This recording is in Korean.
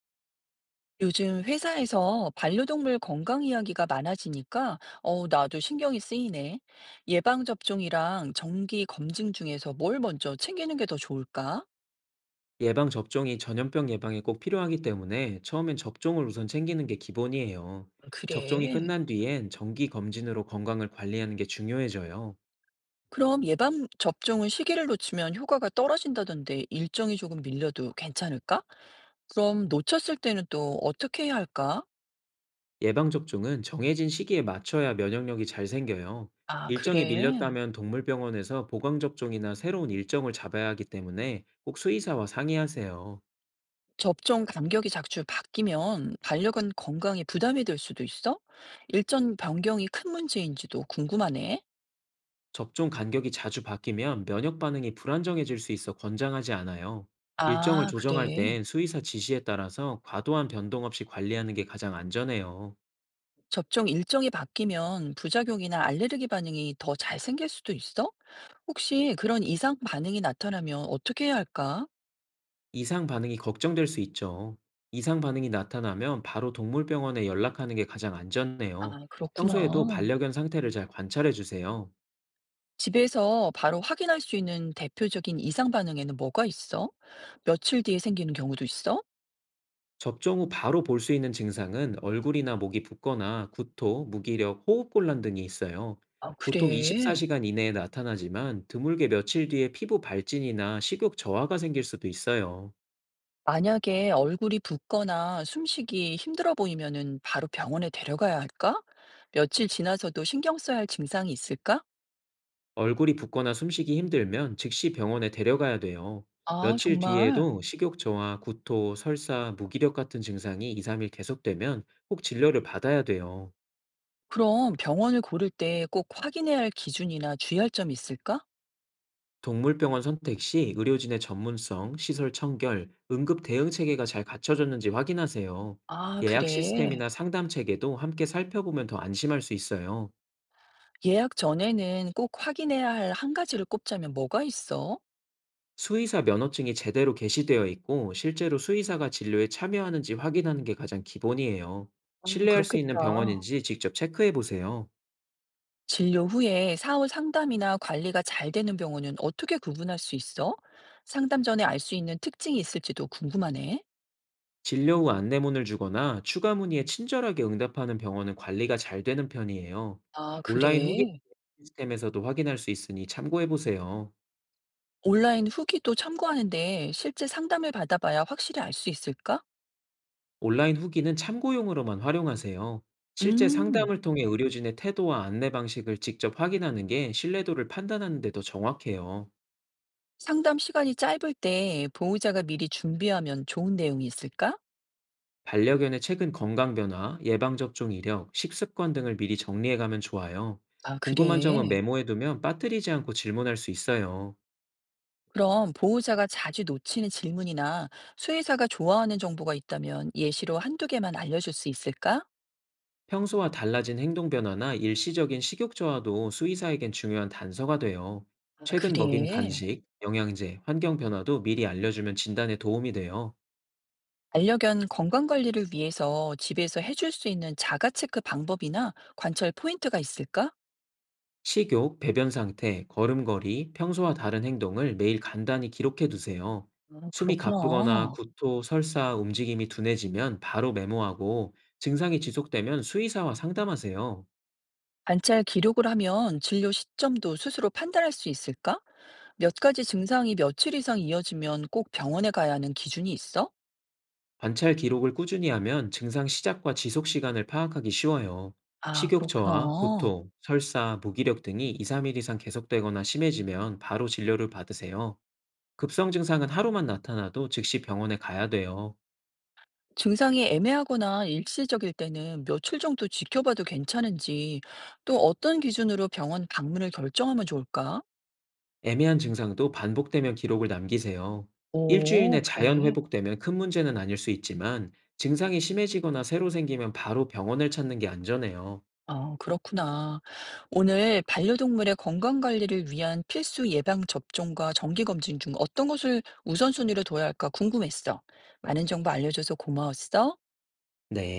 요즘 회사에서 반려동물 건강 이야기가 많아지니까, 나도 신경이 쓰이네. 예방접종이랑 정기 검진 중에서 뭘 먼저 챙기는 게 더 좋을까? 예방 접종이 전염병 예방에 꼭 필요하기 때문에 처음엔 접종을 우선 챙기는 게 기본이에요. 접종이 그래. 끝난 뒤엔 정기 검진으로 건강을 관리하는 게 중요해져요. 그럼 예방접종은 시기를 놓치면 효과가 떨어진다던데 일정이 조금 밀려도 괜찮을까? 그럼 놓쳤을 때는 또 어떻게 해야 할까? 예방 접종은 정해진 시기에 맞춰야 면역력이 잘 생겨요. 아, 일정이 그래. 밀렸다면 동물병원에서 보강 접종이나 새로운 일정을 잡아야 하기 때문에 꼭 수의사와 상의하세요. 접종 간격이 자주 바뀌면 반려견 건강에 부담이 될 수도 있어? 일정 변경이 큰 문제인지도 궁금하네. 접종 간격이 자주 바뀌면 면역 반응이 불안정해질 수 있어 권장하지 않아요. 일정을 아 조정할 그래. 땐 수의사 지시에 따라서 과도한 변동 없이 관리하는 게 가장 안전해요. 접종 일정이 바뀌면 부작용이나 알레르기 반응이 더 잘 생길 수도 있어? 혹시 그런 이상 반응이 나타나면 어떻게 해야 할까? 이상 반응이 걱정될 수 있죠. 이상 반응이 나타나면 바로 동물병원에 연락하는 게 가장 안전해요. 아, 평소에도 그렇구나. 반려견 상태를 잘 관찰해 주세요. 집에서 바로 확인할 수 있는 대표적인 이상 반응에는 뭐가 있어? 며칠 뒤에 생기는 경우도 있어? 접종 후 바로 볼 수 있는 증상은 얼굴이나 목이 붓거나 구토, 무기력, 호흡곤란 등이 있어요. 아, 보통 그래. 24시간 이내에 나타나지만 드물게 며칠 뒤에 피부 발진이나 식욕 저하가 생길 수도 있어요. 만약에 얼굴이 붓거나 숨쉬기 힘들어 보이면은 바로 병원에 데려가야 할까? 며칠 지나서도 신경 써야 할 증상이 있을까? 얼굴이 붓거나 숨쉬기 힘들면 즉시 병원에 데려가야 돼요. 아, 며칠 정말. 뒤에도 식욕 저하, 구토, 설사, 무기력 같은 증상이 2, 3일 계속되면 꼭 진료를 받아야 돼요. 그럼 병원을 고를 때 꼭 확인해야 할 기준이나 주의할 점이 있을까? 동물병원 선택 시 의료진의 전문성, 시설 청결, 응급 대응 체계가 잘 갖춰졌는지 확인하세요. 아, 예약 그래. 시스템이나 상담 체계도 함께 살펴보면 더 안심할 수 있어요. 예약 전에는 꼭 확인해야 할 한 가지를 꼽자면 뭐가 있어? 수의사 면허증이 제대로 게시되어 있고 실제로 수의사가 진료에 참여하는지 확인하는 게 가장 기본이에요. 아, 신뢰할 수 있는 그렇겠다. 병원인지 직접 체크해 보세요. 진료 후에 사후 상담이나 관리가 잘 되는 병원은 어떻게 구분할 수 있어? 상담 전에 알 수 있는 특징이 있을지도 궁금하네. 진료 후 안내문을 주거나 추가 문의에 친절하게 응답하는 병원은 관리가 잘 되는 편이에요. 아, 온라인 후기 그래. 시스템에서도 확인할 수 있으니 참고해 보세요. 온라인 후기도 참고하는데 실제 상담을 받아봐야 확실히 알 수 있을까? 온라인 후기는 참고용으로만 활용하세요. 실제 음. 상담을 통해 의료진의 태도와 안내 방식을 직접 확인하는 게 신뢰도를 판단하는 데도 정확해요. 상담 시간이 짧을 때 보호자가 미리 준비하면 좋은 내용이 있을까? 반려견의 최근 건강 변화, 예방접종 이력, 식습관 등을 미리 정리해가면 좋아요. 아, 궁금한 점은 그래. 메모해두면 빠뜨리지 않고 질문할 수 있어요. 그럼 보호자가 자주 놓치는 질문이나 수의사가 좋아하는 정보가 있다면 예시로 한두 개만 알려줄 수 있을까? 평소와 달라진 행동 변화나 일시적인 식욕 저하도 수의사에겐 중요한 단서가 돼요. 아, 최근 그래. 먹인 간식, 영양제, 환경 변화도 미리 알려주면 진단에 도움이 돼요. 반려견 건강관리를 위해서 집에서 해줄 수 있는 자가체크 방법이나 관찰 포인트가 있을까? 식욕, 배변 상태, 걸음걸이, 평소와 다른 행동을 매일 간단히 기록해 두세요. 아, 숨이 그렇구나. 가쁘거나 구토, 설사, 움직임이 둔해지면 바로 메모하고 증상이 지속되면 수의사와 상담하세요. 관찰 기록을 하면 진료 시점도 스스로 판단할 수 있을까? 몇 가지 증상이 며칠 이상 이어지면 꼭 병원에 가야 하는 기준이 있어? 관찰 기록을 꾸준히 하면 증상 시작과 지속 시간을 파악하기 쉬워요. 아, 식욕 저하, 그렇구나. 구토, 설사, 무기력 등이 2, 3일 이상 계속되거나 심해지면 바로 진료를 받으세요. 급성 증상은 하루만 나타나도 즉시 병원에 가야 돼요. 증상이 애매하거나 일시적일 때는 며칠 정도 지켜봐도 괜찮은지, 또 어떤 기준으로 병원 방문을 결정하면 좋을까? 애매한 증상도 반복되면 기록을 남기세요. 일주일 오, 내 자연 그래. 회복되면 큰 문제는 아닐 수 있지만 증상이 심해지거나 새로 생기면 바로 병원을 찾는 게 안전해요. 아, 그렇구나. 오늘 반려동물의 건강 관리를 위한 필수 예방 접종과 정기 검진 중 어떤 것을 우선순위로 둬야 할까 궁금했어. 많은 정보 알려줘서 고마웠어. 네.